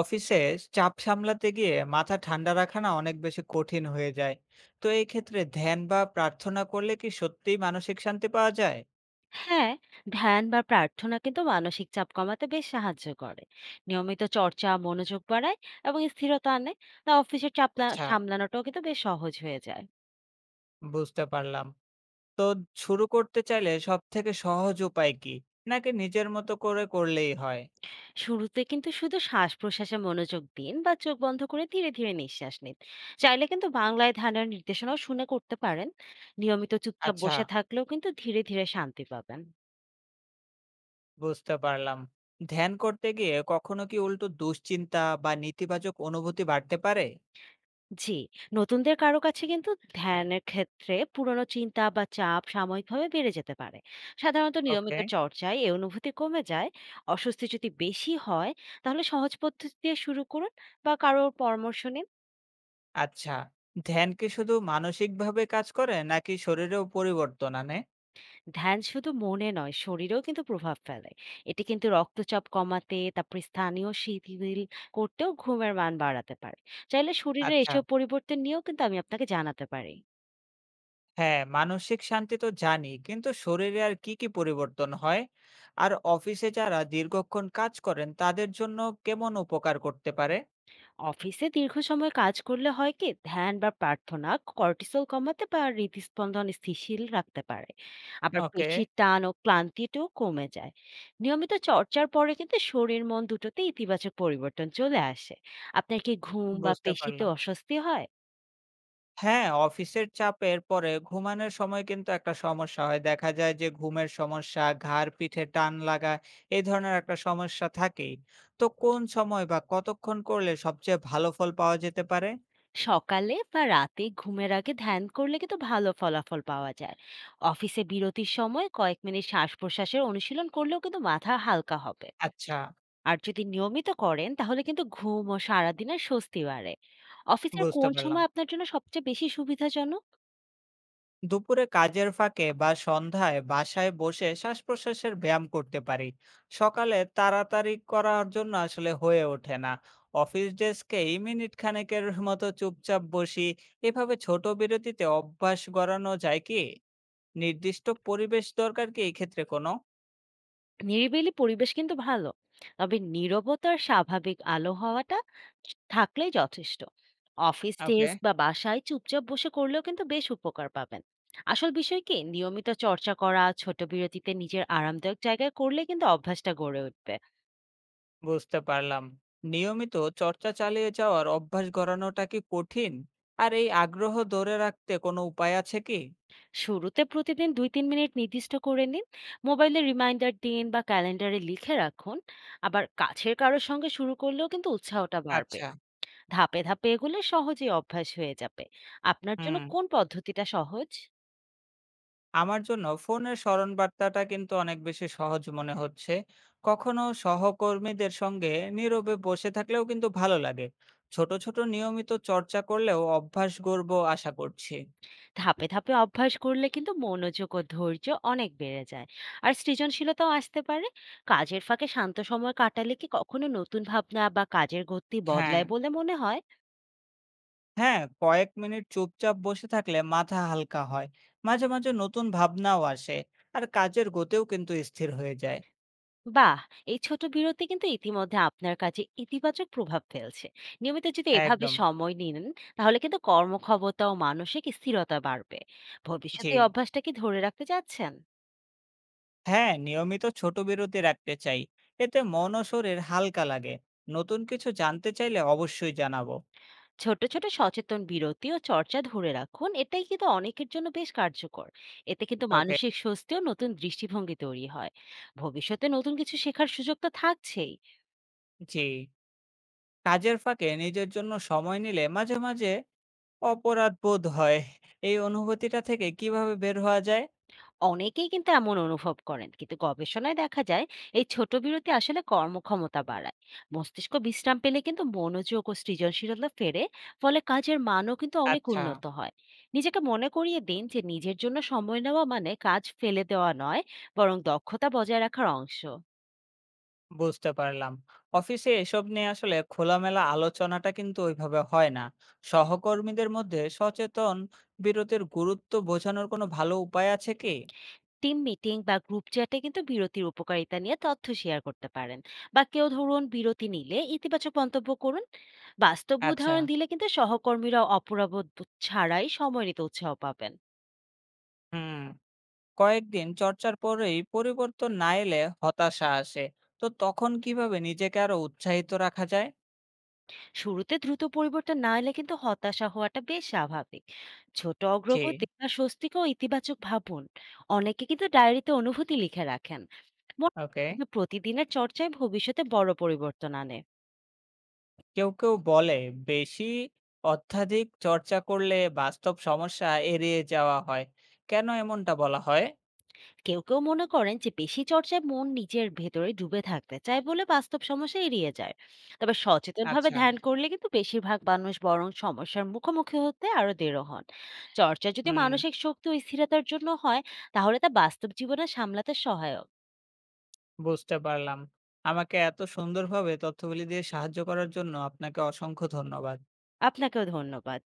অফিসে চাপ সামলাতে গিয়ে মাথা ঠান্ডা রাখা না অনেক বেশি কঠিন হয়ে যায়। তো এই ক্ষেত্রে ধ্যান বা প্রার্থনা করলে কি সত্যিই মানসিক শান্তি পাওয়া যায়? হ্যাঁ। ধ্যান বা প্রার্থনা কিন্তু মানসিক চাপ কমাতে বেশ সাহায্য করে। নিয়মিত চর্চা মনোযোগ বাড়ায় এবং স্থিরতা আনে। তা অফিসের চাপ আচ্ছা, সামলানোটাও কিন্তু বেশ সহজ হয়ে যায়। বুঝতে পারলাম। তো শুরু করতে চাইলে সব থেকে সহজ উপায় কি, নাকি নিজের মতো করে করলেই হয়? শুরুতে কিন্তু শুধু শ্বাস প্রশ্বাসে মনোযোগ দিন বা চোখ বন্ধ করে ধীরে ধীরে নিঃশ্বাস নিন। চাইলে কিন্তু বাংলায় ধ্যানের নির্দেশনাও শুনে করতে পারেন। নিয়মিত চুপচাপ আচ্ছা, বসে থাকলেও কিন্তু ধীরে ধীরে শান্তি পাবেন। বুঝতে পারলাম। ধ্যান করতে গিয়ে কখনো কি উল্টো দুশ্চিন্তা বা নেতিবাচক অনুভূতি বাড়তে পারে? জি, নতুনদের কারো কাছে কিন্তু ধ্যানের ক্ষেত্রে পুরনো চিন্তা বা চাপ সাময়িকভাবে বেড়ে যেতে পারে। সাধারণত ওকে। নিয়মিত চর্চায় এই অনুভূতি কমে যায়। অস্বস্তি যদি বেশি হয়, তাহলে সহজ পদ্ধতি দিয়ে শুরু করুন বা কারোর পরামর্শ নিন। আচ্ছা, ধ্যান কি শুধু মানসিকভাবে কাজ করে নাকি শরীরেও পরিবর্তন আনে? ধ্যান শুধু মনে নয়, শরীরেও কিন্তু প্রভাব ফেলে। এটি কিন্তু রক্তচাপ কমাতে, তারপরে স্থানীয় শিথিল করতেও, ঘুমের মান বাড়াতে পারে। চাইলে শরীরে আচ্ছা। এসব পরিবর্তন নিয়েও কিন্তু আমি আপনাকে জানাতে পারি। হ্যাঁ, মানসিক শান্তি তো জানি, কিন্তু শরীরে আর কি কি পরিবর্তন হয়? আর অফিসে যারা দীর্ঘক্ষণ কাজ করেন তাদের জন্য কেমন উপকার করতে পারে? অফিসে দীর্ঘ সময় কাজ করলে হয় কি, ধ্যান বা প্রার্থনা কর্টিসল কমাতে বা হৃদস্পন্দন স্থিতিশীল রাখতে পারে। আবার ওকে, পেশির টান ও ক্লান্তিটাও কমে যায়। নিয়মিত চর্চার পরে কিন্তু শরীর মন দুটোতে ইতিবাচক পরিবর্তন চলে আসে। আপনার কি ঘুম বা বুঝতে পেশিতে পারলাম। অস্বস্তি হয়? হ্যাঁ, অফিসের চাপের পরে ঘুমানোর সময় কিন্তু একটা সমস্যা হয়, দেখা যায় যে ঘুমের সমস্যা, ঘাড় পিঠে টান লাগা, এই ধরনের একটা সমস্যা থাকেই। তো কোন সময় বা কতক্ষণ করলে সবচেয়ে ভালো ফল পাওয়া যেতে পারে? সকালে বা রাতে ঘুমের আগে ধ্যান করলে কিন্তু ভালো ফলাফল পাওয়া যায়। অফিসে বিরতির সময় কয়েক মিনিট শ্বাস প্রশ্বাসের অনুশীলন করলেও কিন্তু মাথা হালকা হবে। আচ্ছা, আর যদি নিয়মিত করেন, তাহলে কিন্তু ঘুম ও সারাদিনের স্বস্তি বাড়ে। অফিসের বুঝতে কোন পারলাম। সময় আপনার জন্য সবচেয়ে বেশি সুবিধাজনক? দুপুরে কাজের ফাঁকে বা সন্ধ্যায় বাসায় বসে শ্বাস প্রশ্বাসের ব্যায়াম করতে পারি। সকালে তাড়াতাড়ি করার জন্য আসলে হয়ে ওঠে না। অফিস ডেস্কে এই মিনিট খানেকের মতো চুপচাপ বসি। এভাবে ছোট বিরতিতে অভ্যাস গড়ানো যায় কি? নির্দিষ্ট পরিবেশ দরকার কি এই ক্ষেত্রে কোনো? নিরিবিলি পরিবেশ কিন্তু ভালো। তবে নীরবতার স্বাভাবিক আলো হওয়াটা চ থাকলেই যথেষ্ট। অফিস ওকে, ডেস্ক বা বাসায় চুপচাপ বসে করলেও কিন্তু বেশ উপকার পাবেন। আসল বিষয় কি নিয়মিত চর্চা করা, ছোট বিরতিতে নিজের আরামদায়ক জায়গায় করলে কিন্তু অভ্যাসটা গড়ে উঠবে। বুঝতে পারলাম। নিয়মিত চর্চা চালিয়ে যাওয়ার অভ্যাস গড়ানোটা কি কঠিন? আর এই আগ্রহ ধরে রাখতে কোনো উপায় আছে কি? শুরুতে প্রতিদিন 2-3 মিনিট নির্দিষ্ট করে নিন। মোবাইলে রিমাইন্ডার দিন বা ক্যালেন্ডারে লিখে রাখুন। আবার কাছের কারোর সঙ্গে শুরু করলেও কিন্তু উৎসাহটা বাড়বে। আচ্ছা। ধাপে ধাপে এগুলো সহজেই অভ্যাস হয়ে যাবে। আপনার জন্য হুম, কোন পদ্ধতিটা সহজ? আমার জন্য ফোনের স্মরণবার্তাটা কিন্তু অনেক বেশি সহজ মনে হচ্ছে। কখনো সহকর্মীদের সঙ্গে নীরবে বসে থাকলেও কিন্তু ভালো লাগে। ছোট ছোট নিয়মিত চর্চা করলেও অভ্যাস গড়বো আশা করছি। ধাপে ধাপে অভ্যাস করলে কিন্তু মনোযোগ ও ধৈর্য অনেক বেড়ে যায়, আর সৃজনশীলতাও আসতে পারে। কাজের ফাঁকে শান্ত সময় কাটালে কি কখনো নতুন ভাবনা বা কাজের গতি হ্যাঁ, বদলায় বলে মনে হয়? হ্যাঁ, কয়েক মিনিট চুপচাপ বসে থাকলে মাথা হালকা হয়। মাঝে মাঝে নতুন ভাবনাও আসে। আর কাজের গতিও কিন্তু স্থির হয়ে যায়। বাহ! এই ছোট বিরতি কিন্তু ইতিমধ্যে আপনার কাজে ইতিবাচক প্রভাব ফেলছে। নিয়মিত যদি এভাবে একদম। সময় নিন, তাহলে কিন্তু কর্মক্ষমতা ও মানসিক স্থিরতা বাড়বে। জি, ভবিষ্যতে এই অভ্যাসটা কি ধরে রাখতে চাচ্ছেন? হ্যাঁ, নিয়মিত ছোট বিরতি রাখতে চাই। এতে মন ও শরীর হালকা লাগে। নতুন কিছু জানতে চাইলে অবশ্যই জানাবো। ছোট, ছোট সচেতন বিরতি ও চর্চা ধরে রাখুন। এটাই কিন্তু অনেকের জন্য বেশ কার্যকর। এতে কিন্তু ওকে। মানসিক স্বস্তি ও নতুন দৃষ্টিভঙ্গি তৈরি হয়। ভবিষ্যতে নতুন কিছু শেখার সুযোগ তো থাকছেই। জি, কাজের ফাঁকে নিজের জন্য সময় নিলে মাঝে মাঝে অপরাধ বোধ হয়। এই অনুভূতিটা থেকে কিভাবে বের হওয়া যায়? অনেকেই কিন্তু এমন অনুভব করেন, কিন্তু গবেষণায় দেখা যায় এই ছোট বিরতি আসলে কর্মক্ষমতা বাড়ায়। মস্তিষ্ক বিশ্রাম পেলে কিন্তু মনোযোগ ও সৃজনশীলতা ফেরে, ফলে কাজের মানও কিন্তু অনেক আচ্ছা, উন্নত হয়। নিজেকে মনে করিয়ে দিন যে নিজের জন্য সময় নেওয়া মানে কাজ ফেলে দেওয়া নয়, বরং দক্ষতা বজায় রাখার অংশ। বুঝতে পারলাম। অফিসে এসব নিয়ে আসলে খোলামেলা আলোচনাটা কিন্তু ওইভাবে হয় না। সহকর্মীদের মধ্যে সচেতন বিরতির গুরুত্ব বোঝানোর কোনো ভালো উপায় আছে কি? টিম মিটিং বা গ্রুপ চ্যাটে কিন্তু বিরতির উপকারিতা নিয়ে তথ্য শেয়ার করতে পারেন বা কেউ ধরুন বিরতি নিলে ইতিবাচক মন্তব্য করুন। বাস্তব আচ্ছা। উদাহরণ দিলে কিন্তু সহকর্মীরা বোধ ছাড়াই সময় নিতে উৎসাহ পাবেন। হুম, কয়েকদিন চর্চার পরেই পরিবর্তন না এলে হতাশা আসে। তো তখন কিভাবে নিজেকে আরো উৎসাহিত রাখা যায়? শুরুতে দ্রুত পরিবর্তন না এলে কিন্তু হতাশা হওয়াটা বেশ স্বাভাবিক। ছোট জি। অগ্রগতি বা স্বস্তিকেও ইতিবাচক ভাবুন। অনেকে কিন্তু ডায়েরিতে অনুভূতি লিখে রাখেন। মনে ওকে, রাখবেন যে প্রতিদিনের চর্চায় ভবিষ্যতে বড় পরিবর্তন আনে। কেউ কেউ বলে বেশি অত্যাধিক চর্চা করলে বাস্তব সমস্যা এড়িয়ে যাওয়া হয়। কেন এমনটা বলা হয়? কেউ কেউ মনে করেন যে বেশি চর্চায় মন নিজের ভেতরে ডুবে থাকতে চায় বলে বাস্তব সমস্যা এড়িয়ে যায়। তবে সচেতনভাবে আচ্ছা। ধ্যান করলে কিন্তু বেশিরভাগ মানুষ বরং সমস্যার মুখোমুখি হতে আরো দৃঢ় হন। চর্চা যদি হুম, মানসিক শক্তি ও স্থিরতার জন্য হয়, তাহলে তা বাস্তব জীবনে সামলাতে সহায়ক। বুঝতে পারলাম। আমাকে এত সুন্দরভাবে তথ্যগুলি দিয়ে সাহায্য করার জন্য আপনাকে অসংখ্য ধন্যবাদ। আপনাকেও ধন্যবাদ।